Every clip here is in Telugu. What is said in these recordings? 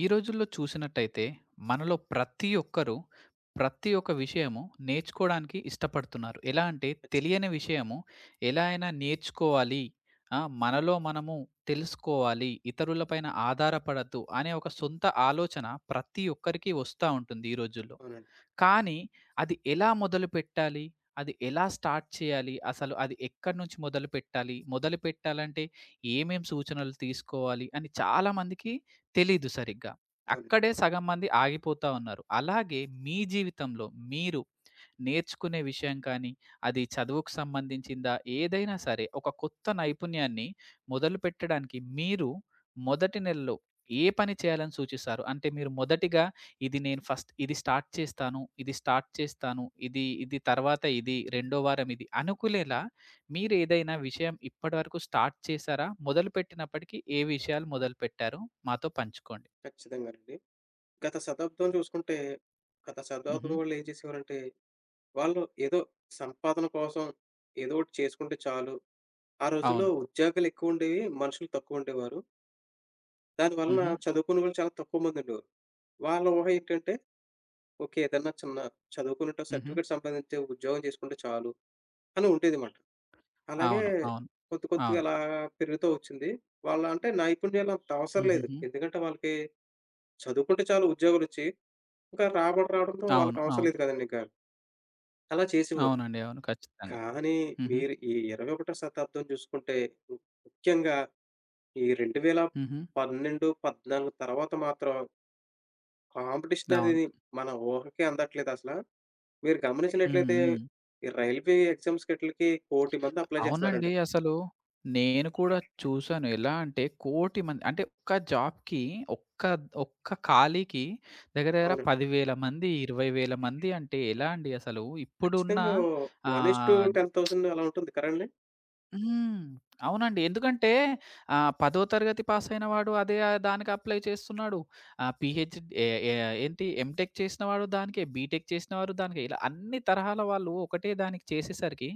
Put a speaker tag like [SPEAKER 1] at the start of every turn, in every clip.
[SPEAKER 1] ఈ రోజుల్లో చూసినట్టయితే మనలో ప్రతి ఒక్కరు ప్రతి ఒక్క విషయము నేర్చుకోవడానికి ఇష్టపడుతున్నారు. ఎలా అంటే
[SPEAKER 2] ఖచ్చితంగా.
[SPEAKER 1] తెలియని విషయము ఎలా అయినా నేర్చుకోవాలి. ఆ! మనలో మనము తెలుసుకోవాలి. ఇతరులపైన ఆధారపడద్దు అనే ఒక సొంత ఆలోచన ప్రతి ఒక్కరికి వస్తా ఉంటుంది ఈ రోజుల్లో.
[SPEAKER 2] అవునండి.
[SPEAKER 1] కానీ అది ఎలా మొదలుపెట్టాలి? అది ఎలా స్టార్ట్ చేయాలి? అసలు అది ఎక్కడి నుంచి మొదలుపెట్టాలి? మొదలుపెట్టాలంటే ఏమేం సూచనలు తీసుకోవాలి అని చాలామందికి తెలీదు సరిగ్గా.
[SPEAKER 2] అవునండి.
[SPEAKER 1] అక్కడే సగం మంది ఆగిపోతా ఉన్నారు. అలాగే మీ జీవితంలో మీరు నేర్చుకునే విషయం కానీ, అది చదువుకు సంబంధించిందా, ఏదైనా సరే ఒక కొత్త నైపుణ్యాన్ని మొదలుపెట్టడానికి మీరు మొదటి నెలలో ఏ పని చేయాలని సూచిస్తారు? అంటే మీరు మొదటిగా ఇది నేను ఫస్ట్ ఇది స్టార్ట్ చేస్తాను, ఇది స్టార్ట్ చేస్తాను, ఇది ఇది తర్వాత ఇది, రెండో వారం ఇది అనుకునేలా మీరేదైనా విషయం ఇప్పటివరకు స్టార్ట్ చేశారా? మొదలుపెట్టినప్పటికి ఏ విషయాలు మొదలుపెట్టారు? మాతో పంచుకోండి.
[SPEAKER 2] ఖచ్చితంగానండి. గత శతాబ్దం చూసుకుంటే, గత
[SPEAKER 1] హుహు.
[SPEAKER 2] శతాబ్దం వాళ్ళు ఏం చేసేవారంటే, వాళ్ళు ఏదో సంపాదన కోసం ఏదో ఒకటి చేసుకుంటే చాలు. ఆ రోజుల్లో
[SPEAKER 1] అవును.
[SPEAKER 2] ఉద్యోగాలు ఎక్కువుండేవి. మనుషులు తక్కువుండేవారు. దాని వలన
[SPEAKER 1] హుహు.
[SPEAKER 2] చదువుకున్న వాళ్ళు చాలా తక్కువ మందుండేవారు. వాళ్ళ ఊహ ఏంటంటే, ఓకే. ఏదన్నా చిన్న చదువుకున్నట్టు
[SPEAKER 1] హుహు.
[SPEAKER 2] సర్టిఫికేట్ సంపాదించే ఉద్యోగం చేసుకుంటే చాలు అని ఉండేదిమాట. అలాగే
[SPEAKER 1] అవును. అవును.
[SPEAKER 2] కొద్ది కొద్దిగా
[SPEAKER 1] అవును.
[SPEAKER 2] అలా పెరుగుతూ వచ్చింది. వాళ్ళ అంటే నైపుణ్యాలు అంత అవసరం లేదు.
[SPEAKER 1] హుహుహు.
[SPEAKER 2] ఎందుకంటే వాళ్ళకి చదువుకుంటే చాలు ఉద్యోగాలొచ్చి, ఇంకా రాబడి రావడంతో
[SPEAKER 1] అవును.
[SPEAKER 2] వాళ్ళకవసరం
[SPEAKER 1] అవును.
[SPEAKER 2] లేదు కదండీ ఇంకా. అలా చేసేవారు.
[SPEAKER 1] అవునండి. అవును. ఖచ్చితంగా.
[SPEAKER 2] కానీ
[SPEAKER 1] హుహు.
[SPEAKER 2] మీరు ఈ 21వ శతాబ్దం చూసుకుంటే, ము ముఖ్యంగా ఈ
[SPEAKER 1] హుహు.
[SPEAKER 2] 2012, 14 తర్వాత మాత్రం కాంపిటీషన్
[SPEAKER 1] అవును.
[SPEAKER 2] అనేది మన ఊహకే అందట్లేదసల. మీరు
[SPEAKER 1] హ్మ్.
[SPEAKER 2] గమనించినట్లయితే
[SPEAKER 1] హ్మ్.
[SPEAKER 2] ఈ రైల్వే ఎగ్జామ్స్‌కి ఈట్లికి 1,00,00,000 మంది అప్లై
[SPEAKER 1] అవునండి.
[SPEAKER 2] చేస్తున్నారండి.
[SPEAKER 1] అసలు నేను కూడా చూసాను. ఎలా అంటే కోటి మంది అంటే ఒక్క జాబ్‌కి ఒక్క, ఒక్క ఖాళీకి దగ్గర దగ్గర
[SPEAKER 2] అవును.
[SPEAKER 1] 10,000 మంది, 20,000 మంది అంటే ఎలా అండి అసలు? ఇప్పుడున్న
[SPEAKER 2] ఖచ్చితంగా
[SPEAKER 1] ఆహ్
[SPEAKER 2] 1:10,000 అలా ఉంటుంది కదండీ!
[SPEAKER 1] హ్మ్. అవునండి. ఎందుకంటే 10వ తరగతి పాస్ అయిన వాడు అదే, దానికి అప్లై చేస్తున్నాడు. ఆహ్, పీహెచ్ ఏ ఏ ఏంటి ఎంటెక్ చేసిన వాడు దానికే, బీటెక్ చేసిన వారు దానికే. ఇలా అన్ని తరహాల వాళ్ళు ఒకటే దానికి చేసేసరికి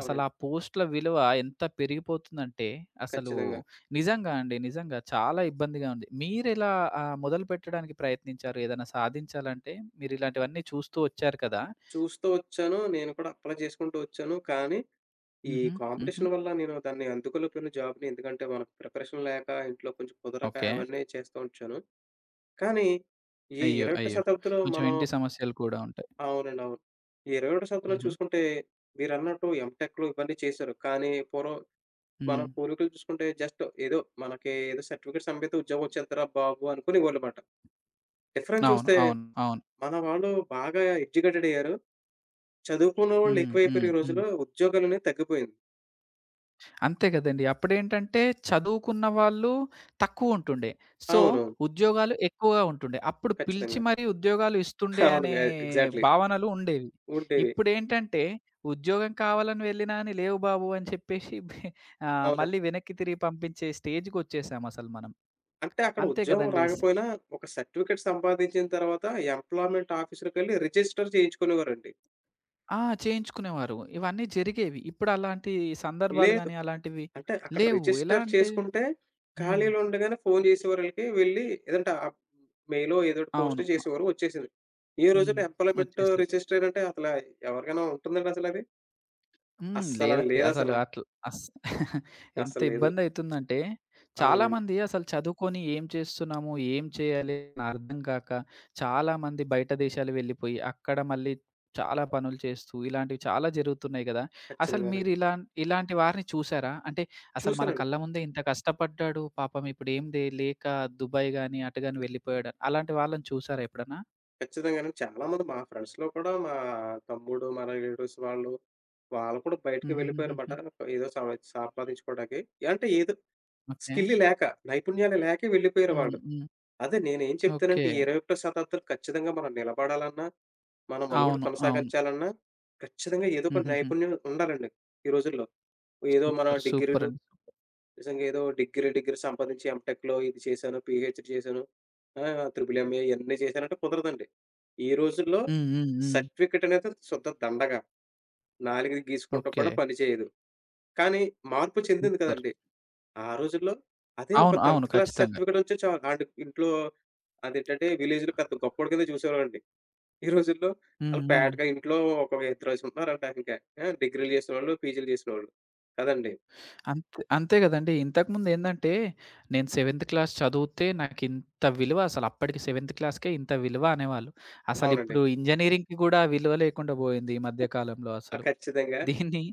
[SPEAKER 1] అసలు ఆ
[SPEAKER 2] అవునండి.
[SPEAKER 1] పోస్ట్‌ల విలువ ఎంత పెరిగిపోతుందంటే అసలు
[SPEAKER 2] ఖచ్చితంగా.
[SPEAKER 1] నిజంగా అండి. నిజంగా చాలా ఇబ్బందిగా ఉంది. మీరెలా మొదలుపెట్టడానికి ప్రయత్నించారు? ఏదైనా సాధించాలంటే మీరు ఇలాంటివన్నీ చూస్తూ వచ్చారు కదా!
[SPEAKER 2] చూస్తూ వచ్చాను. నేను కూడా అప్లై చేసుకుంటూ వచ్చాను. కానీ ఈ
[SPEAKER 1] హుహు. హుహు.
[SPEAKER 2] కాంపిటీషన్ వల్ల నేను దాన్ని అందుకోలేకపోయిన జాబ్‌ని. ఎందుకంటే, మనకు ప్రిపరేషన్ లేక, ఇంట్లో కొంచెం కుదరక
[SPEAKER 1] ఓకే.
[SPEAKER 2] అవన్నీ చేస్తూ ఉంచాను. కానీ, ఈ
[SPEAKER 1] అయ్యో!
[SPEAKER 2] 21
[SPEAKER 1] అయ్యో!
[SPEAKER 2] శతాబ్దిలో
[SPEAKER 1] కొంచెం
[SPEAKER 2] మనం
[SPEAKER 1] ఇంటి సమస్యలు కూడా ఉంటాయి.
[SPEAKER 2] అవునండి. అవును. ఈ 21 శతాబ్దిలో
[SPEAKER 1] హుహు.
[SPEAKER 2] చూసుకుంటే, మీరన్నట్టు ఎంటెక్‌లు ఇవన్నీ చేశారు. కానీ, పూర్వం మన
[SPEAKER 1] హ్మ్.
[SPEAKER 2] పూర్వీకులు చూసుకుంటే జస్ట్ ఏదో మనకి ఏదో సర్టిఫికేట్ సంపాదితే ఉద్యోగం వచ్చేత్తరా బాబు! అనుకునేవాళ్ళుమాట. డిఫరెన్స్
[SPEAKER 1] అవును.
[SPEAKER 2] చూస్తే
[SPEAKER 1] అవును. అవును.
[SPEAKER 2] మన వాళ్ళు బాగా ఎడ్యుకేటెడ్ అయ్యారు. చదువుకున్న వాళ్ళు
[SPEAKER 1] హ్మ్. హ్మ్.
[SPEAKER 2] ఎక్కువైపోయారు ఈ
[SPEAKER 1] హ్మ్.
[SPEAKER 2] రోజుల్లో. ఉద్యోగాలనేవి తగ్గిపోయింది.
[SPEAKER 1] అంతే కదండీ. అప్పుడేంటంటే చదువుకున్న వాళ్ళు తక్కువుంటుండే. సో,
[SPEAKER 2] అవునవును.
[SPEAKER 1] ఉద్యోగాలు ఎక్కువగా ఉంటుండే. అప్పుడు పిలిచి
[SPEAKER 2] ఖచ్చితంగా.
[SPEAKER 1] మరీ ఉద్యోగాలు ఇస్తుండే
[SPEAKER 2] అవును.
[SPEAKER 1] అనే
[SPEAKER 2] ఎగ్జాక్ట్‌లీ.
[SPEAKER 1] భావనలు ఉండేవి.
[SPEAKER 2] ఉండేవి.
[SPEAKER 1] ఇప్పుడేంటంటే ఉద్యోగం కావాలని వెళ్ళినా అని లేవు బాబు అని చెప్పేసి మళ్ళీ
[SPEAKER 2] అవునండి.
[SPEAKER 1] వెనక్కి తిరిగి పంపించే స్టేజ్‌కొచ్చేసాం అసలు మనం.
[SPEAKER 2] అంటే అక్కడ
[SPEAKER 1] అంతే
[SPEAKER 2] ఉద్యోగం
[SPEAKER 1] కదండీ.
[SPEAKER 2] రాకపోయినా, ఒక సర్టిఫికేట్ సంపాదించిన తర్వాత ఎంప్లాయ్‌మెంట్ ఆఫీస్‌లోకెళ్ళి రిజిస్టర్ చేయించుకునేవారండి.
[SPEAKER 1] ఆ! చేయించుకునేవారు. ఇవన్నీ జరిగేవి. ఇప్పుడు అలాంటి సందర్భాలు
[SPEAKER 2] లేదు
[SPEAKER 1] గాని అలాంటివి
[SPEAKER 2] అంటే అక్కడ
[SPEAKER 1] లేవు. ఎలా
[SPEAKER 2] రిజిస్టర్
[SPEAKER 1] అంటే
[SPEAKER 2] చేసుకుంటే,
[SPEAKER 1] హ్మ్.
[SPEAKER 2] ఖాళీలు ఉండగానే ఫోను చేసేవారు ఆళ్ళకి. వెళ్లి ఏదంటే ఆహ్, మెయిలో ఏదో ఒకటి పోస్ట్
[SPEAKER 1] అవును.
[SPEAKER 2] చేసేవారు వచ్చేసేది. ఈ
[SPEAKER 1] హ్మ్.
[SPEAKER 2] రోజుల్లో ఎంప్లాయ్‌మెంట్
[SPEAKER 1] వచ్చేస్తది.
[SPEAKER 2] రిజిస్టర్ అంటే అసల ఎవరికైనా ఉంటుందండి అసలది?
[SPEAKER 1] హ్మ్.
[SPEAKER 2] అస్సల
[SPEAKER 1] లేదండి. అసలు
[SPEAKER 2] లేదసల.
[SPEAKER 1] అట్ల అస్ ఎంత
[SPEAKER 2] అస్సల లేదు.
[SPEAKER 1] ఇబ్బందయితుందంటే,
[SPEAKER 2] అవునండి.
[SPEAKER 1] చాలామంది అసలు చదువుకొని ఏం చేస్తున్నాము, ఏం చేయాలి అని అర్థం కాక చాలామంది బయట దేశాలు వెళ్ళిపోయి, అక్కడ మళ్ళీ చాలా పనులు చేస్తూ ఇలాంటివి చాలా జరుగుతున్నాయి గదా! అసలు
[SPEAKER 2] ఖచ్చితంగానే.
[SPEAKER 1] మీరు ఇలాంటి వారిని చూసారా? అంటే అసలు మన
[SPEAKER 2] చూసానండి.
[SPEAKER 1] కళ్ళ ముందే ఇంత కష్టపడ్డాడు, పాపం ఇప్పుడు ఏం దే లేక దుబాయ్ గాని, అటు గాని వెళ్ళిపోయాడు. అలాంటి వాళ్ళని చూసారా ఎప్పుడన్నా?
[SPEAKER 2] ఖచ్చితంగాను. చాలామంది మా ఫ్రెండ్స్‌లో కూడా మా తమ్ముడు, మా రిలేటివ్స్ వాళ్ళు, వాళ్ళు కూడా బయటికి వెళ్ళిపోయారన్నమాట.
[SPEAKER 1] హుహుహుహుహు.
[SPEAKER 2] ఏదో సంపాదించుకోవడానికి. అంటే ఏదో
[SPEAKER 1] ఓకే.
[SPEAKER 2] స్కిల్ లేక, నైపుణ్యాలు లేకే వెళ్ళిపోయారు
[SPEAKER 1] హ్మ్.
[SPEAKER 2] వాళ్ళు.
[SPEAKER 1] హ్మ్.
[SPEAKER 2] అదే నేనేం
[SPEAKER 1] ఓకే.
[SPEAKER 2] చెప్తానంటే, ఈ 21వ శతాబ్దం ఖచ్చితంగా మనం నిలబడాలన్నా, మన మనుగడ
[SPEAKER 1] అవును. అవును.
[SPEAKER 2] కొనసాగించాలన్నా, ఖచ్చితంగా ఏదో ఒక
[SPEAKER 1] హుహుహు.
[SPEAKER 2] నైపుణ్యం ఉండాలండి ఈ రోజుల్లో. ఏదో మనం
[SPEAKER 1] సూపర్. సూపర్
[SPEAKER 2] డిగ్రీలు
[SPEAKER 1] అండి. సూపర్.
[SPEAKER 2] నిజంగా ఏదో డిగ్రీ, డిగ్రీ సంపాదించి ఎంటెక్‌లో ఇది చేశాను, పీహెచ్‌డీ చేశాను, ఆహ్, త్రిపుల్ ఎంఏ ఇయన్నీ చేశానంటే కుదరదండి. ఈ రోజుల్లో
[SPEAKER 1] హ్మ్. హ్మ్. హ్మ్.
[SPEAKER 2] సర్టిఫికేట్ అనేది శుద్ధ దండగ. నాలుకకి గీసుకుంటూ
[SPEAKER 1] ఓకే.
[SPEAKER 2] కూడా పని చేయదు. కానీ మార్పు చెందింది
[SPEAKER 1] సూపర్.
[SPEAKER 2] కదండీ! ఆ రోజుల్లో అదే ఒక
[SPEAKER 1] అవును. అవును.
[SPEAKER 2] 10వ క్లాస్
[SPEAKER 1] ఖచ్చితంగా.
[SPEAKER 2] సర్టిఫికేట్ వచ్చి చాలు. ఆడు ఇంట్లో అదేంటంటే విలేజ్‌లో పెద్ద గొప్పోడి కింద చూసేవాళ్ళండి. ఈ రోజుల్లో
[SPEAKER 1] హ్మ్.
[SPEAKER 2] ఆళ్ళు
[SPEAKER 1] హ్మ్.
[SPEAKER 2] పేటగా ఇంట్లో ఒక ఇద్దరేసి ఉన్నారంట ఇంక. ఆ! డిగ్రీలు చేసినోళ్ళు, పీజీలు చేసినోళ్ళు. కదండీ!
[SPEAKER 1] అంతే అంతే గదండీ. ఇంతకుముందేందంటే, నేను సెవెంత్ క్లాస్ చదివితే నాకింత విలువ అసలు, అప్పటికి సెవెంత్ క్లాస్‌కే ఇంత విలువ అనేవాళ్ళు.
[SPEAKER 2] అవునండి.
[SPEAKER 1] అసలిప్పుడు ఇంజినీరింగ్‌కి గూడా విలువ లేకుండా బోయింది ఈ మధ్య కాలంలో
[SPEAKER 2] ఆ!
[SPEAKER 1] అసలు.
[SPEAKER 2] ఖచ్చితంగా.
[SPEAKER 1] దీన్ని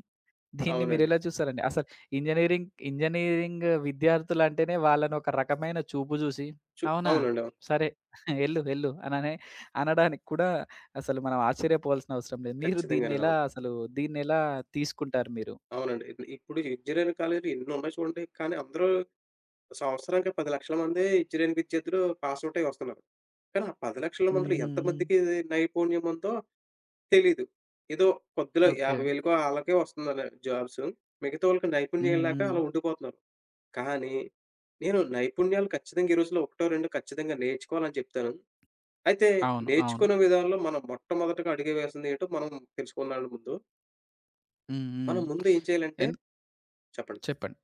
[SPEAKER 1] దీన్ని
[SPEAKER 2] అవునండి.
[SPEAKER 1] మీరెలా చూసారండి? అసలు ఇంజినీరింగ్ ఇంజినీరింగ్ విద్యార్థులంటేనే వాళ్ళని ఒక రకమైన చూపు చూసి, అవునా?
[SPEAKER 2] అవునండి. అవును.
[SPEAKER 1] సరే ఎళ్ళు, ఎళ్ళు అననే అనడానికి కూడా అసలు మనం ఆశ్చర్యపోవాల్సిన అవసరం లేదు. మీరు
[SPEAKER 2] ఖచ్చితంగానండి.
[SPEAKER 1] దీన్నెలా
[SPEAKER 2] అవును.
[SPEAKER 1] అసలు దీన్నెలా తీసుకుంటారు మీరు?
[SPEAKER 2] అవునండి. ఇప్పుడు ఇంజినీరింగ్ కాలేజీలు ఎన్నున్నాయి చూడండి. కానీ అందరూ సంవత్సరానికి 10,00,000 మంది ఇంజినీరింగ్ విద్యార్థులు పాస్ ఔట్ అయ్యి వస్తున్నారు. కానీ ఆ 10,00,000
[SPEAKER 1] హ్మ్.
[SPEAKER 2] మందిలో
[SPEAKER 1] హ్మ్. హ్మ్.
[SPEAKER 2] ఎంతమందికి ఇది నైపుణ్యం ఉందో తెలీదు. ఏదో కొద్దిలో
[SPEAKER 1] ఓకే.
[SPEAKER 2] 50,000కో ఆళ్ళకే వస్తుందని జాబ్స్. మిగతా వాళ్ళకి నైపుణ్యం
[SPEAKER 1] హ్మ్.
[SPEAKER 2] లేక
[SPEAKER 1] హ్మ్.
[SPEAKER 2] అలా ఉండిపోతున్నారు. కానీ నేను నైపుణ్యాలు ఖచ్చితంగా ఈ రోజుల్లో ఒకటో రెండో ఖచ్చితంగా నేర్చుకోవాలని చెప్తాను. అయితే
[SPEAKER 1] అవును. అవును.
[SPEAKER 2] నేర్చుకునే విధానంలో మనం మొట్టమొదటగా అడుగు వేసింది ఏంటో మనం తెలుసుకుందామండి ముందు.
[SPEAKER 1] హ్మ్. హ్మ్.
[SPEAKER 2] మనం ముందు ఏం చేయాలంటే
[SPEAKER 1] ఎన్
[SPEAKER 2] చెప్పండి.
[SPEAKER 1] చెప్పండి.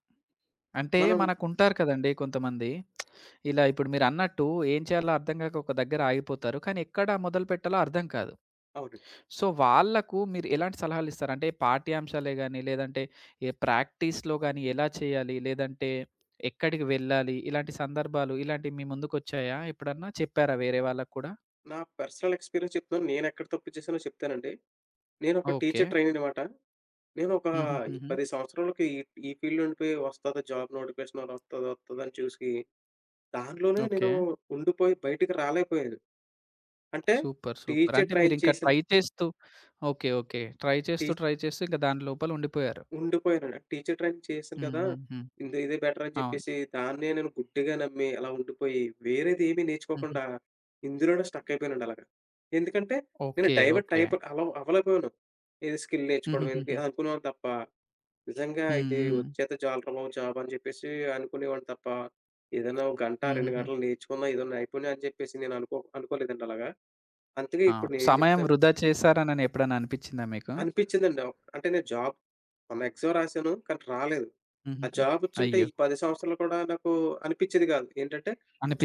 [SPEAKER 1] అంటే
[SPEAKER 2] మనం
[SPEAKER 1] మనకుంటారు కదండీ కొంతమంది. ఇలా ఇప్పుడు మీరన్నట్టు ఏం చేయాలో అర్థం గాక ఒక దగ్గర ఆగిపోతారు. కానీ ఎక్కడ మొదలుపెట్టాలో అర్థం కాదు.
[SPEAKER 2] అవునండి.
[SPEAKER 1] సో, వాళ్ళకు మీరు ఎలాంటి సలహాలిస్తారు? అంటే పాఠ్యాంశాలే గాని, లేదంటే ఏ ప్రాక్టీస్‌లో గాని ఎలా చేయాలి? లేదంటే ఎక్కడికి వెళ్ళాలి? ఇలాంటి సందర్భాలు ఇలాంటివి మీ ముందుకొచ్చాయా? ఎప్పుడన్నా చెప్పారా వేరే వాళ్ళకి కూడా?
[SPEAKER 2] నా పర్సనల్ ఎక్స్‌పీరియన్స్ చెప్తున్నాను. నేనెక్కడ తప్పు చేశానో చెప్తానండి. నేనొక
[SPEAKER 1] ఓకే.
[SPEAKER 2] టీచర్ ట్రైనీ మాట. నేనొక
[SPEAKER 1] హుహుహుహు.
[SPEAKER 2] 10 సంవత్సరాలకి ఈ ఈ ఫీల్డ్ నుండి వస్తదా జాబ్ నోటిఫికేషన్ అని వత్తదా? వత్తదా? అని చూసి దానిలోనే
[SPEAKER 1] ఓకే.
[SPEAKER 2] నేను ఉండిపోయి బయటికి రాలేకపోయాను. అంటే
[SPEAKER 1] సూపర్. సూపర్.
[SPEAKER 2] టీచర్
[SPEAKER 1] అంటే
[SPEAKER 2] ట్రైన్
[SPEAKER 1] మీరింకా
[SPEAKER 2] చేసిన
[SPEAKER 1] ట్రై చేస్తూ ఓకే. ఓకే. ట్రై
[SPEAKER 2] టీ
[SPEAKER 1] చేస్తూ, ట్రై చేస్తూ ఇంక దాని లోపల ఉండిపోయారు.
[SPEAKER 2] ఉండిపోయాను. టీచర్ ట్రైనింగ్ చేశాను
[SPEAKER 1] హ్మ్.
[SPEAKER 2] కదా!
[SPEAKER 1] హ్మ్. హ్మ్.
[SPEAKER 2] ఇదే బెటర్ అని
[SPEAKER 1] అవును.
[SPEAKER 2] చెప్పేసి దాన్నే నేను గుడ్డిగా నమ్మి అలా ఉండిపోయి, వేరేది ఏమి
[SPEAKER 1] హుహు.
[SPEAKER 2] నేర్చుకోకుండా ఇందులోనే స్టక్ అయిపోయానండి అలాగా. ఎందుకంటే నేను
[SPEAKER 1] ఓకే.
[SPEAKER 2] Divert
[SPEAKER 1] okay.
[SPEAKER 2] టైప్ అలా అవ్వలేకపోయాను. ఏది స్కిల్ నేర్చుకోవడం ఎందుకు
[SPEAKER 1] హుహుహుహు.
[SPEAKER 2] అనుకునేవాడిని తప్ప, నిజంగా
[SPEAKER 1] హ్మ్.
[SPEAKER 2] ఇది
[SPEAKER 1] హ్మ్.
[SPEAKER 2] వచ్చేస్తే చాలురా బాబు జాబ్ అని చెప్పేసి అనుకునేవాడిని తప్ప, ఏదైనా ఒక గంట, 2
[SPEAKER 1] హుహుహు.
[SPEAKER 2] గంటలు నేర్చుకున్నా ఏదైనా నైపుణ్యం అని చెప్పేసి నేను అనుకోలేదండి అలాగా. అందుకే ఇప్పుడు
[SPEAKER 1] అవును.
[SPEAKER 2] నేనేం
[SPEAKER 1] సమయం
[SPEAKER 2] చెప్తాను
[SPEAKER 1] వృధా చేశారనని ఎప్పుడన్నా అనిపిచ్చిందా మీకు?
[SPEAKER 2] అనిపించిందండి. ఆహ్, అంటే నేను జాబ్ మొన్న ఎగ్జామ్ రాసాను. కానీ రాలేదు. ఆ
[SPEAKER 1] హుహుహు.
[SPEAKER 2] జాబ్ వచ్చుంటే
[SPEAKER 1] అయ్యో!
[SPEAKER 2] ఈ 10 సంవత్సరాలు కూడా నాకు అనిపించేది కాదు. ఏంటంటే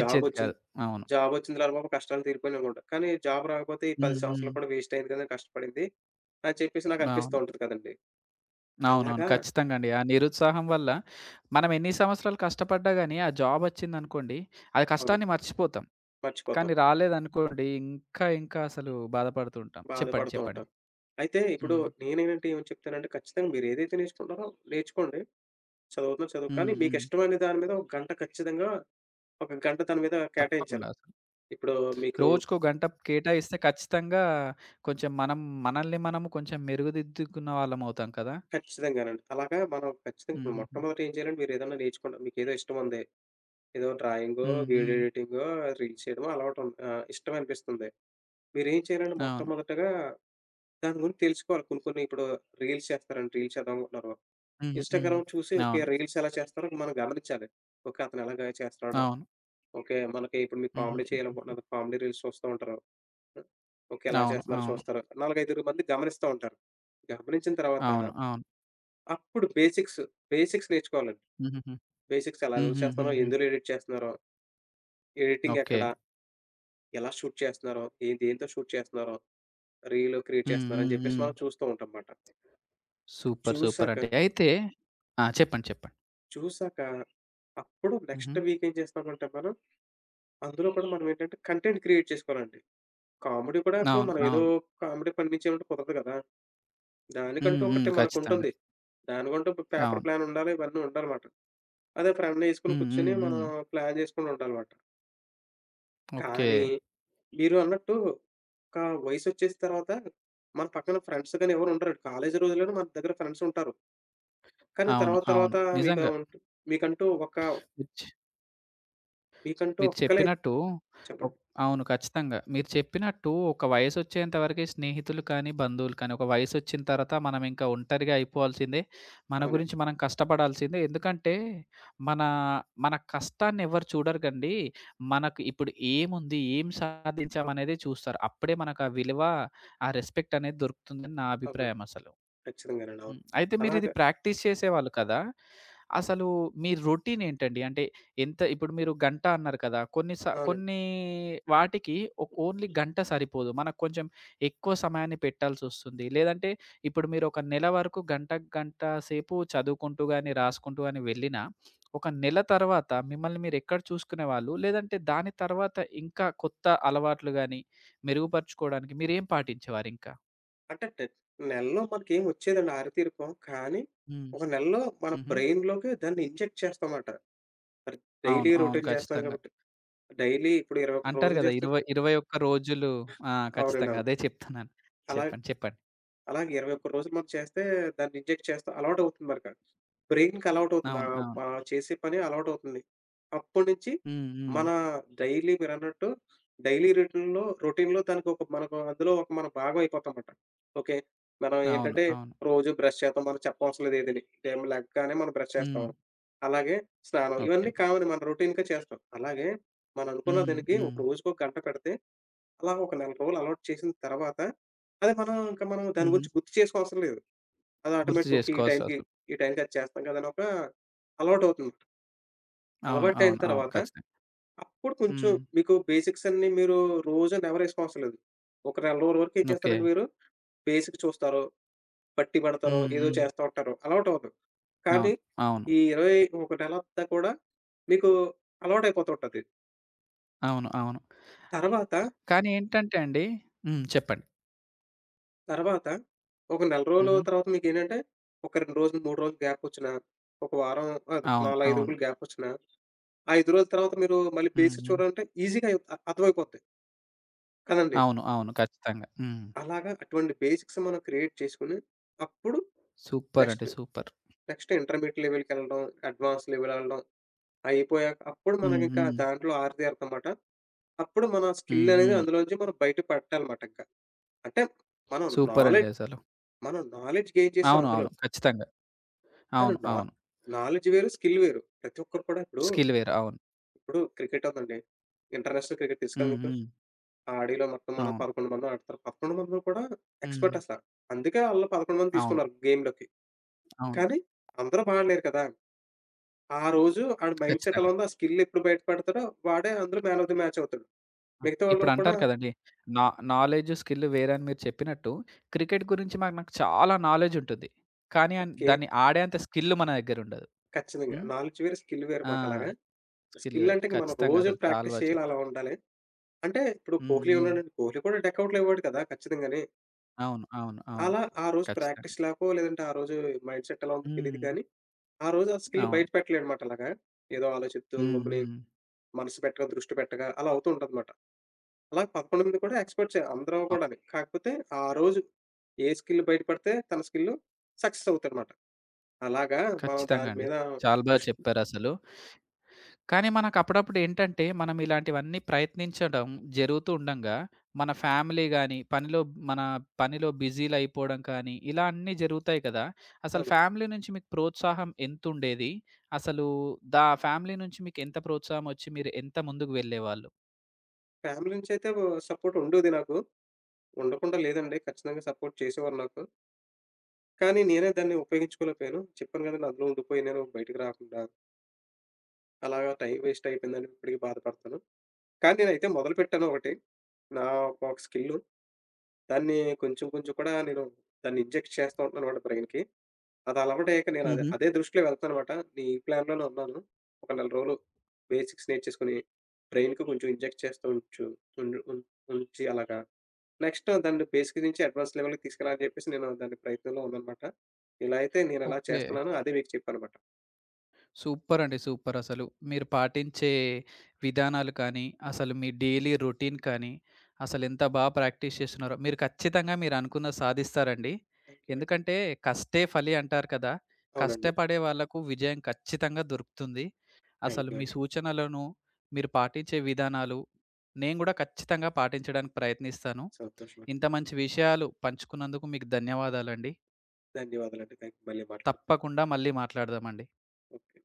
[SPEAKER 2] జాబ్
[SPEAKER 1] కాదు.
[SPEAKER 2] వచ్చింది.
[SPEAKER 1] అవును.
[SPEAKER 2] జాబ్ వచ్చిందిలే రా బాబు కష్టాలు తీరిపోయినాయి అనుకుంటా. కానీ జాబ్ రాకపోతే ఈ 10
[SPEAKER 1] హ్మ్. హ్మ్.
[SPEAKER 2] సంవత్సరాలు కూడా వేస్ట్ అయింది కదా! కష్టపడింది అని చెప్పేసి నాకు అనిపిస్తూ
[SPEAKER 1] అవును.
[SPEAKER 2] ఉంటది కదండీ.
[SPEAKER 1] అవునవును.
[SPEAKER 2] అలాగా
[SPEAKER 1] ఖచ్చితంగా అండి. ఆ నిరుత్సాహం వల్ల మనం ఎన్ని సంవత్సరాలు కష్టపడ్డా గాని, ఆ జాబొచ్చిందనుకోండి, ఆ కష్టాన్ని
[SPEAKER 2] అవునండి.
[SPEAKER 1] మర్చిపోతాం.
[SPEAKER 2] మర్చిపోతాం.
[SPEAKER 1] కానీ రాలేదనుకోండి, ఇంకా ఇంకా అసలు బాధపడుతూ ఉంటాం. చెప్పండి.
[SPEAKER 2] బాధపడుతూ
[SPEAKER 1] చెప్పండి.
[SPEAKER 2] ఉంటాం. అయితే ఇప్పుడు
[SPEAKER 1] హ్మ్.
[SPEAKER 2] నేనేంటంటే ఏమని చెప్తానంటే ఖచ్చితంగా మీరు ఏదైతే నేర్చుకుంటారో నేర్చుకోండి. చదువుతున్నా చదువు
[SPEAKER 1] హ్మ్.
[SPEAKER 2] కానీ మీకు
[SPEAKER 1] హ్మ్.
[SPEAKER 2] ఇష్టమైన దాని మీద ఒక గంట ఖచ్చితంగా ఒక గంట దాని మీద
[SPEAKER 1] తప్పకుండా
[SPEAKER 2] కేటాయించాలి.
[SPEAKER 1] అసలు.
[SPEAKER 2] ఇప్పుడు మీకు
[SPEAKER 1] రోజుకో గంట కేటాయిస్తే ఖచ్చితంగా కొంచెం మనం మనల్ని మనము కొంచెం మెరుగుదిద్దుకున్న వాళ్ళమవుతాం కదా!
[SPEAKER 2] ఖచ్చితంగానండి. అలాగా మనం ఖచ్చితంగా ఇప్పుడు
[SPEAKER 1] హుహుహు.
[SPEAKER 2] మొట్టమొదట ఏం చేయాలంటే మీరేదన్నా నేర్చుకున్న మీకేదో ఇష్టం ఉంది. ఏదో డ్రాయింగో,
[SPEAKER 1] హ్మ్. హ్మ్.
[SPEAKER 2] వీడియో ఎడిటింగో, రీల్స్ చేయడమో అలవాటు ఉంది. ఆహ్, ఇష్టం అనిపిస్తుంది. మీరేం చేయాలంటే
[SPEAKER 1] అవును.
[SPEAKER 2] మొట్టమొదటగా దాని గురించి తెలుసుకోవాలి. కొన్ని కొన్ని ఇప్పుడు రీల్స్ చేస్తారండి. రీల్స్ చేద్దామనుకుంటున్నారు.
[SPEAKER 1] హ్మ్. హ్మ్.
[SPEAKER 2] ఇన్‌స్టాగ్రామ్ చూసి ఓకే.
[SPEAKER 1] అవును.
[SPEAKER 2] రీల్స్ ఎలా చేస్తారో మనం గమనించాలి. ఓకే. అతను ఎలాగా చేస్తున్నాడో,
[SPEAKER 1] అవును.
[SPEAKER 2] ఓకే. మనకి ఇప్పుడు మీకు కామెడీ
[SPEAKER 1] హుహుహు.
[SPEAKER 2] చేయాలనుకుంటున్నారు. కామెడీ రీల్స్ చూస్తూ ఉంటారు. ఓకే. ఎలా
[SPEAKER 1] అవును.
[SPEAKER 2] చేస్తున్నారో
[SPEAKER 1] అవును.
[SPEAKER 2] చూస్తారు. 4, 5 మంది గమనిస్తా ఉంటారు. గమనించిన తర్వాత
[SPEAKER 1] అవును. అవును.
[SPEAKER 2] అప్పుడు బేసిక్స్, బేసిక్స్ నేర్చుకోవాలండి.
[SPEAKER 1] హుహుహు.
[SPEAKER 2] బేసిక్స్ ఎలా ఎలా చేస్తున్నారో,
[SPEAKER 1] హుహుహుహు.
[SPEAKER 2] ఎందులో ఎడిట్ చేస్తున్నారో, ఎడిటింగ్
[SPEAKER 1] ఓకే.
[SPEAKER 2] ఎక్కడ, ఎలా షూట్ చేస్తున్నారో, ఏ దేంతో షూట్ చేస్తున్నారో, రీల్ క్రియేట్
[SPEAKER 1] హ్మ్.
[SPEAKER 2] చేస్తున్నారో అని
[SPEAKER 1] హ్మ్.
[SPEAKER 2] చెప్పేసి
[SPEAKER 1] హ్మ్.
[SPEAKER 2] మనం చూస్తూ ఉంటాం మాట.
[SPEAKER 1] సూపర్. సూపర్
[SPEAKER 2] చూసాక,
[SPEAKER 1] అండి. అయితే ఆ! చెప్పండి. చెప్పండి.
[SPEAKER 2] చూసాక అప్పుడు
[SPEAKER 1] హుహు.
[SPEAKER 2] నెక్స్ట్ వీక్ ఏం చేస్తామంటే మనం, అందులో కూడా మనం ఏంటంటే కంటెంట్ క్రియేట్ చేసుకోవాలండి. కామెడీ కూడా ఇప్పుడు
[SPEAKER 1] అవును.
[SPEAKER 2] మనం ఏదో
[SPEAKER 1] అవును.
[SPEAKER 2] కామెడీ పండించేమంటే కుదరదు కదా!
[SPEAKER 1] హ్మ్.
[SPEAKER 2] దానికంటూ
[SPEAKER 1] హ్మ్.
[SPEAKER 2] ఒకటి
[SPEAKER 1] ఖచ్చితంగా.
[SPEAKER 2] మనకుంటుంది. దానికంటూ పేపర్
[SPEAKER 1] అవును.
[SPEAKER 2] ప్లాన్ ఉండాలి. ఇవన్నీ ఉండాలమాట. అదే ఫ్రెండ్‌ని యేసుకొని
[SPEAKER 1] హ్మ్. హ్మ్.
[SPEAKER 2] కూర్చొని మనం
[SPEAKER 1] హ్మ్.
[SPEAKER 2] ప్లాన్ చేసుకొని ఉండాలమాట.
[SPEAKER 1] ఓకే.
[SPEAKER 2] కానీ, మీరు అన్నట్టు ఒక వయసొచ్చేసిన తర్వాత మన పక్కన ఫ్రెండ్స్ గాని ఎవరుండరండి. కాలేజీ రోజుల్లోనే మన దగ్గర ఫ్రెండ్స్ ఉంటారు. కానీ
[SPEAKER 1] అవును.
[SPEAKER 2] తర్వాత
[SPEAKER 1] అవును.
[SPEAKER 2] తర్వాత మీతో
[SPEAKER 1] నిజంగా.
[SPEAKER 2] ఉంటు మీకంటూ ఒక మీకంటూ
[SPEAKER 1] మీరు
[SPEAKER 2] ఒక్కలే
[SPEAKER 1] చెప్పినట్టు ఒక్
[SPEAKER 2] చెప్పండి.
[SPEAKER 1] అవును. ఖచ్చితంగా. మీరు చెప్పినట్టు ఒక వయసొచ్చేంత వరకే స్నేహితులు కానీ, బంధువులు కానీ, ఒక వయసొచ్చిన తర్వాత మనం ఇంకా ఒంటరిగా అయిపోవాల్సిందే. మన
[SPEAKER 2] అవునండి.
[SPEAKER 1] గురించి మనం కష్టపడాల్సిందే. ఎందుకంటే మన, మన కష్టాన్ని ఎవరు చూడరుగండి. మనకు ఇప్పుడు ఏముంది? ఏం సాధించామనేదే చూస్తారు. అప్పుడే మనకు ఆ విలువ, ఆ రెస్పెక్ట్ అనేది దొరుకుతుందని నా
[SPEAKER 2] అవునండి.
[SPEAKER 1] అభిప్రాయం అసలు.
[SPEAKER 2] ఖచ్చితంగానండి.
[SPEAKER 1] హ్మ్.
[SPEAKER 2] అవును.
[SPEAKER 1] అయితే మీరిది
[SPEAKER 2] అలాగా
[SPEAKER 1] ప్రాక్టీస్ చేసేవాళ్ళు కదా! అసలు మీ రొటీన్ ఏంటండి? అంటే ఎంత ఇప్పుడు మీరు గంట అన్నారు కదా!
[SPEAKER 2] అవునండి.
[SPEAKER 1] కొన్ని వాటికి ఓన్లీ గంట సరిపోదు. మనకు కొంచెం ఎక్కువ సమయాన్ని పెట్టాల్సొస్తుంది. లేదంటే ఇప్పుడు మీరు ఒక నెల వరకు గంట, గంట సేపు చదువుకుంటూ గాని, రాసుకుంటూ గాని వెళ్ళినా, ఒక నెల తర్వాత మిమ్మల్ని మీరు ఎక్కడ చూసుకునేవాళ్ళు? లేదంటే దాని తర్వాత ఇంకా కొత్త అలవాట్లు గాని మెరుగుపరుచుకోవడానికి మీరేం పాటించేవారింకా?
[SPEAKER 2] అంటే నెలలో మనకేం వచ్చేదండి ఆరితీరిపోం. కానీ,
[SPEAKER 1] హ్మ్.
[SPEAKER 2] ఒక నెలలో మన
[SPEAKER 1] హుహు.
[SPEAKER 2] బ్రెయిన్‌లోకి దాన్ని ఇంజెక్ట్ చేస్తామాట. మరి
[SPEAKER 1] అవును.
[SPEAKER 2] డైలీ
[SPEAKER 1] అవును.
[SPEAKER 2] రొటీన్ చేస్తాం
[SPEAKER 1] ఖచ్చితంగా.
[SPEAKER 2] కాబట్టి. డైలీ ఇప్పుడు 21
[SPEAKER 1] అంటారు
[SPEAKER 2] రోజులు
[SPEAKER 1] గదా!
[SPEAKER 2] చేస్తే
[SPEAKER 1] 20, 21 రోజులు. ఆ!
[SPEAKER 2] అవునండి.
[SPEAKER 1] ఖచ్చితంగా
[SPEAKER 2] అవును.
[SPEAKER 1] అదే చెప్తున్నాను.
[SPEAKER 2] అలా
[SPEAKER 1] చెప్పండి. చెప్పండి.
[SPEAKER 2] అలాగే 21 రోజులు మనం చేస్తే దాన్ని ఇంజెక్ట్ చేస్తాం. అలవాటవుతుంది మనక. బ్రెయిన్‌కి అలవాటవుతుంది.
[SPEAKER 1] అవును.
[SPEAKER 2] ఆహ్,
[SPEAKER 1] అవును.
[SPEAKER 2] మనం చేసే పని అలవాటవుతుంది. అప్పటినుంచి
[SPEAKER 1] హ్మ్. హ్మ్.
[SPEAKER 2] మన డైలీ మీరన్నట్టు డైలీ రొటీన్‌లో రొటీన్‌లో దానికి ఒక మనకు అందులో ఒక మన భాగం అయిపోతామమాట. ఓకే. మనం
[SPEAKER 1] అవును.
[SPEAKER 2] ఏంటంటే
[SPEAKER 1] అవును.
[SPEAKER 2] రోజు బ్రష్ చేద్దాం. మనం చెప్పవసరం లేదు ఏదీని. ఉదయం లెగ్గానే మనం బ్రష్ చేస్తాం.
[SPEAKER 1] హ్మ్.
[SPEAKER 2] అలాగే స్నానం
[SPEAKER 1] ఓకే.
[SPEAKER 2] ఇవన్నీ కామన్ మన రొటీన్‌గా చేస్తాం. అలాగే మనం అనుకున్న
[SPEAKER 1] హ్మ్.
[SPEAKER 2] దానికి
[SPEAKER 1] హ్మ్.
[SPEAKER 2] ఒక రోజుకి ఒక గంట పెడితే అలా ఒక నెల రోజులు అలవాటు చేసిన తర్వాత, అది మనం ఇంక మనం దాని
[SPEAKER 1] హుహు.
[SPEAKER 2] గురించి గుర్తు చేసుకోవసరం లేదు. అది
[SPEAKER 1] గుర్తు
[SPEAKER 2] ఆటోమేటిక్ ఓకే. ఈ
[SPEAKER 1] చేసుకోవాల్సిన
[SPEAKER 2] టైంకి,
[SPEAKER 1] అవసరం.
[SPEAKER 2] ఈ టైంకి అది చేస్తాం కదా! అని ఒక అలవాటవుతుంది.
[SPEAKER 1] అవును.
[SPEAKER 2] అలవాటయిన
[SPEAKER 1] అవును. అవును.
[SPEAKER 2] తర్వాత
[SPEAKER 1] ఖచ్చితంగా.
[SPEAKER 2] అప్పుడు కొంచెం
[SPEAKER 1] హ్మ్.
[SPEAKER 2] మీకు బేసిక్స్ అన్నీ మీరు రోజు నెవరేసుకోవసరం లేదు. ఒక నెల రోజుల వరకు ఏం
[SPEAKER 1] ఓకే.
[SPEAKER 2] చేస్తారంటే మీరు బేసిక్ చూస్తారు, బట్టి పడతారు,
[SPEAKER 1] హ్మ్.
[SPEAKER 2] ఏదో
[SPEAKER 1] హ్మ్.
[SPEAKER 2] చేస్తా ఉంటారు. అలవాటవుతుంది. కానీ
[SPEAKER 1] అవును. అవును.
[SPEAKER 2] ఈ 21 నెలంతా కూడా మీకు అలవాటయిపోతూ ఉంటది.
[SPEAKER 1] అవును. అవును.
[SPEAKER 2] తర్వాత
[SPEAKER 1] కానీ ఏంటంటే అండి హ్మ్. చెప్పండి.
[SPEAKER 2] తర్వాత ఒక నెల రోజుల
[SPEAKER 1] హుహు.
[SPEAKER 2] తర్వాత మీకేంటంటే, ఒక 2 రోజులు, 3 రోజులు గ్యాపొచ్చినా, ఒక వారం కాదు
[SPEAKER 1] అవును.
[SPEAKER 2] 4, 5
[SPEAKER 1] అవును.
[SPEAKER 2] రోజులు గ్యాపొచ్చినా, ఆ 5 రోజుల తర్వాత మీరు మళ్ళీ
[SPEAKER 1] హ్మ్.
[SPEAKER 2] బేసిక్స్
[SPEAKER 1] హ్మ్.
[SPEAKER 2] చూడాలంటే ఈజీగా అయ్ అర్థమైపోద్ది కదండీ!
[SPEAKER 1] అవును. అవును. ఖచ్చితంగా. హ్మ్.
[SPEAKER 2] అలాగా అటువంటి బేసిక్స్ మనం క్రియేట్ చేసుకొని, అప్పుడు
[SPEAKER 1] సూపర్ అంటే
[SPEAKER 2] నెక్స్ట్,
[SPEAKER 1] సూపర్.
[SPEAKER 2] నెక్స్ట్ ఇంటర్మీడియేట్ లెవెల్‌కెళ్ళడం, అడ్వాన్స్ లెవెలెళ్ళడం అయిపోయాక అప్పుడు
[SPEAKER 1] హ్మ్.
[SPEAKER 2] మనకింకా
[SPEAKER 1] హ్మ్.
[SPEAKER 2] దాంట్లో ఆరితేరతనమాట. అప్పుడు మన
[SPEAKER 1] హ్మ్.
[SPEAKER 2] స్కిల్లనేది
[SPEAKER 1] హ్మ్.
[SPEAKER 2] అందులోంచి మనం బయట పట్టాలమాట ఇంక. అంటే మనం
[SPEAKER 1] సూపర్ అండి
[SPEAKER 2] నాలెడ్జ్,
[SPEAKER 1] అసలు.
[SPEAKER 2] మనం నాలెడ్జ్ గెయిన్ చేసాం
[SPEAKER 1] అవును.
[SPEAKER 2] అందులో.
[SPEAKER 1] అవును. ఖచ్చితంగా.
[SPEAKER 2] కానీ
[SPEAKER 1] అవును.
[SPEAKER 2] నా
[SPEAKER 1] అవును.
[SPEAKER 2] నాలెడ్జ్ వేరు, స్కిల్ వేరు. ప్రతి ఒక్కరు కూడా ఇప్పుడు,
[SPEAKER 1] స్కిల్ వేరు. అవును.
[SPEAKER 2] ఇప్పుడు క్రికెట్ ఉందండి. ఇంటర్నేషనల్ క్రికెట్ తీసుకుని
[SPEAKER 1] హ్మ్.
[SPEAKER 2] మీకు
[SPEAKER 1] హ్మ్.
[SPEAKER 2] ఆడీలో మొత్తం మన
[SPEAKER 1] అవును.
[SPEAKER 2] 11 మంది ఆడతారు. 11 మందిలో కూడా
[SPEAKER 1] హ్మ్.
[SPEAKER 2] ఎక్స్‌పర్ట్ అసల. అందుకే ఆళ్ళు 11 మందిని
[SPEAKER 1] అవును.
[SPEAKER 2] తీసుకున్నారు గేమ్‌లోకి.
[SPEAKER 1] అవును.
[SPEAKER 2] కానీ అందరూ బాడలేరు కదా! ఆ రోజు ఆడి మైండ్ సెట్
[SPEAKER 1] ఖచ్చితంగా.
[SPEAKER 2] ఎలా ఉందో, ఆ స్కిల్ ఎప్పుడు బయటపడతాడో వాడే అందులో మ్యాన్ ఆఫ్ ది మ్యాచ్ అవుతాడు.
[SPEAKER 1] హ్మ్.
[SPEAKER 2] మిగతా వాళ్ళు కూడా
[SPEAKER 1] ఇప్పుడంటారు కదండీ! నా నాలెడ్జ్, స్కిల్ వేరే అని మీరు చెప్పినట్టు క్రికెట్ గురించి మాకు నాకు చాలా నాలెడ్జ్ ఉంటుంది. కానీ
[SPEAKER 2] ఓకే.
[SPEAKER 1] దాన్ని ఆడేంత స్కిల్ మన దగ్గరుండదు.
[SPEAKER 2] ఖచ్చితంగా.
[SPEAKER 1] హ్మ్.
[SPEAKER 2] నాలెడ్జ్ వేరు, స్కిల్ వేరు
[SPEAKER 1] ఆ!
[SPEAKER 2] మాట అలాగా.
[SPEAKER 1] స్కిల్
[SPEAKER 2] స్కిల్
[SPEAKER 1] వేరు.
[SPEAKER 2] అంటే ఇంక మనం
[SPEAKER 1] ఖచ్చితంగా
[SPEAKER 2] రోజు
[SPEAKER 1] అసలు చాలా
[SPEAKER 2] ప్రాక్టీస్
[SPEAKER 1] బా
[SPEAKER 2] చేయాలి అలా
[SPEAKER 1] చెప్పారు.
[SPEAKER 2] ఉండాలి. అంటే ఇప్పుడు
[SPEAKER 1] హ్మ్.
[SPEAKER 2] కోహ్లీ
[SPEAKER 1] హ్మ్.
[SPEAKER 2] ఉన్నాడండి. కోహ్లీ కూడా డకౌట్‌లో ఇవ్వడు కదా! ఖచ్చితంగాని.
[SPEAKER 1] అవును. అవును. అవును.
[SPEAKER 2] అలా ఆ రోజు
[SPEAKER 1] ఖచ్చితంగా.
[SPEAKER 2] ప్రాక్టీస్ లేకో, లేదంటే ఆ రోజు మైండ్ సెట్ ఎలా ఉందో తెలీదు
[SPEAKER 1] హ్మ్.
[SPEAKER 2] కానీ, ఆ రోజు ఆ స్కిల్
[SPEAKER 1] అవును.
[SPEAKER 2] బయట పెట్టలేడమాట అలాగా. ఏదో ఆలోచిత్తూ
[SPEAKER 1] హ్మ్.
[SPEAKER 2] గమ్ముని
[SPEAKER 1] హ్మ్.
[SPEAKER 2] మనసు పెట్టక, దృష్టి పెట్టక అలా అవుతూ ఉంటదమాట. అలా 11 మంది కూడా ఎక్స్‌పర్ట్సే అందరూ
[SPEAKER 1] అవ్
[SPEAKER 2] కూడాని. కాకపోతే ఆ రోజు ఏ స్కిల్ బయట పడితే తన స్కిల్ సక్సెస్ అవుతాడమాట. అలాగా మనం
[SPEAKER 1] ఖచ్చితంగా
[SPEAKER 2] దాని
[SPEAKER 1] అండి.
[SPEAKER 2] మీద
[SPEAKER 1] చాలా బా
[SPEAKER 2] దృష్
[SPEAKER 1] చెప్పారసలు. కానీ మనకప్పుడప్పుడు ఏంటంటే, మనం ఇలాంటివన్నీ ప్రయత్నించడం జరుగుతూ ఉండంగా, మన ఫ్యామిలీ గాని, మన పనిలో బిజీలయిపోవడం కానీ, ఇలా అన్నీ జరుగుతాయి కదా! అసలు
[SPEAKER 2] అవునండి.
[SPEAKER 1] ఫ్యామిలీ నుంచి మీకు ప్రోత్సాహం ఎంతుండేది? అసలు దా ఫ్యామిలీ నుంచి మీకెంత ప్రోత్సాహమొచ్చి మీరు ఎంత ముందుకు వెళ్ళేవాళ్ళు?
[SPEAKER 2] ఫ్యామిలీ నుంచయితే ఓ సపోర్ట్ ఉండేది నాకు. ఉండకుండా లేదండి. ఖచ్చితంగా సపోర్ట్ చేసేవారు నాకు. కానీ నేనే దాన్ని ఉపయోగించుకోలేకపోయాను. చెప్పాను కదండీ! అందులో ఉండిపోయి నేను బయటికి రాకుండా అలాగా టైం వేస్ట్ అయిపోయిందని ఇప్పటికి బాధపడతాను. కానీ నేనైతే మొదలుపెట్టాను ఒకటి. నా ఒక స్కిల్లు. దాన్ని కొంచెం కొంచెం కూడా నేను దాన్ని ఇంజెక్ట్ చేస్తా ఉంటానన్నమాట బ్రైన్‌కి. అది అలవాటయ్యాక నేను అదే
[SPEAKER 1] హుహు.
[SPEAKER 2] అదే దృష్టిలో వెళ్తానన్నమాట. నీ ప్లాన్‌లోనే ఉన్నాను. ఒక నెల రోజులు బేసిక్స్ నేర్చేసుకొని బ్రైన్‌కి కొంచెం ఇంజెక్ట్ చేస్తూ ఉంచు ఉండు ఉం ఉంచి అలాగా. నెక్స్ట్ దాన్ని బేసిక్ నుంచి అడ్వాన్స్ లెవెల్‌కి తీసుకెళ్ళాలని చెప్పేసి నేను దాని ప్రయత్నంలో ఉన్నానన్నమాట. ఇలా అయితే నేనలా
[SPEAKER 1] ఓకే.
[SPEAKER 2] చేస్తున్నాను. అదే మీకు చెప్పానన్నమాట.
[SPEAKER 1] సూపర్ అండి. సూపర్ అసలు. మీరు పాటించే విధానాలు కానీ, అసలు మీ డైలీ రొటీన్ కానీ, అసలెంత బా ప్రాక్టీస్ చేస్తున్నారో, మీరు ఖచ్చితంగా మీరనుకున్నది సాధిస్తారండి.
[SPEAKER 2] థాంక్ యూ అండి.
[SPEAKER 1] ఎందుకంటే, "కష్టే ఫలి" అంటారు కదా!
[SPEAKER 2] అవునండి.
[SPEAKER 1] కష్టపడే వాళ్ళకు విజయం ఖచ్చితంగా దొరుకుతుంది.
[SPEAKER 2] థాంక్
[SPEAKER 1] అసలు
[SPEAKER 2] యూ
[SPEAKER 1] మీ
[SPEAKER 2] అండి.
[SPEAKER 1] సూచనలను, మీరు పాటించే విధానాలు, నేను గూడా ఖచ్చితంగా పాటించడానికి ప్రయత్నిస్తాను.
[SPEAKER 2] సంతోషం. అండి.
[SPEAKER 1] ఇంత మంచి విషయాలు పంచుకున్నందుకు మీకు ధన్యవాదాలండి.
[SPEAKER 2] ధన్యవాదాలండి. థాంక్ మళ్ళీ మాట్లాడదాం.
[SPEAKER 1] తప్పకుండా మళ్ళీ మాట్లాడదామండి.
[SPEAKER 2] ఓకే.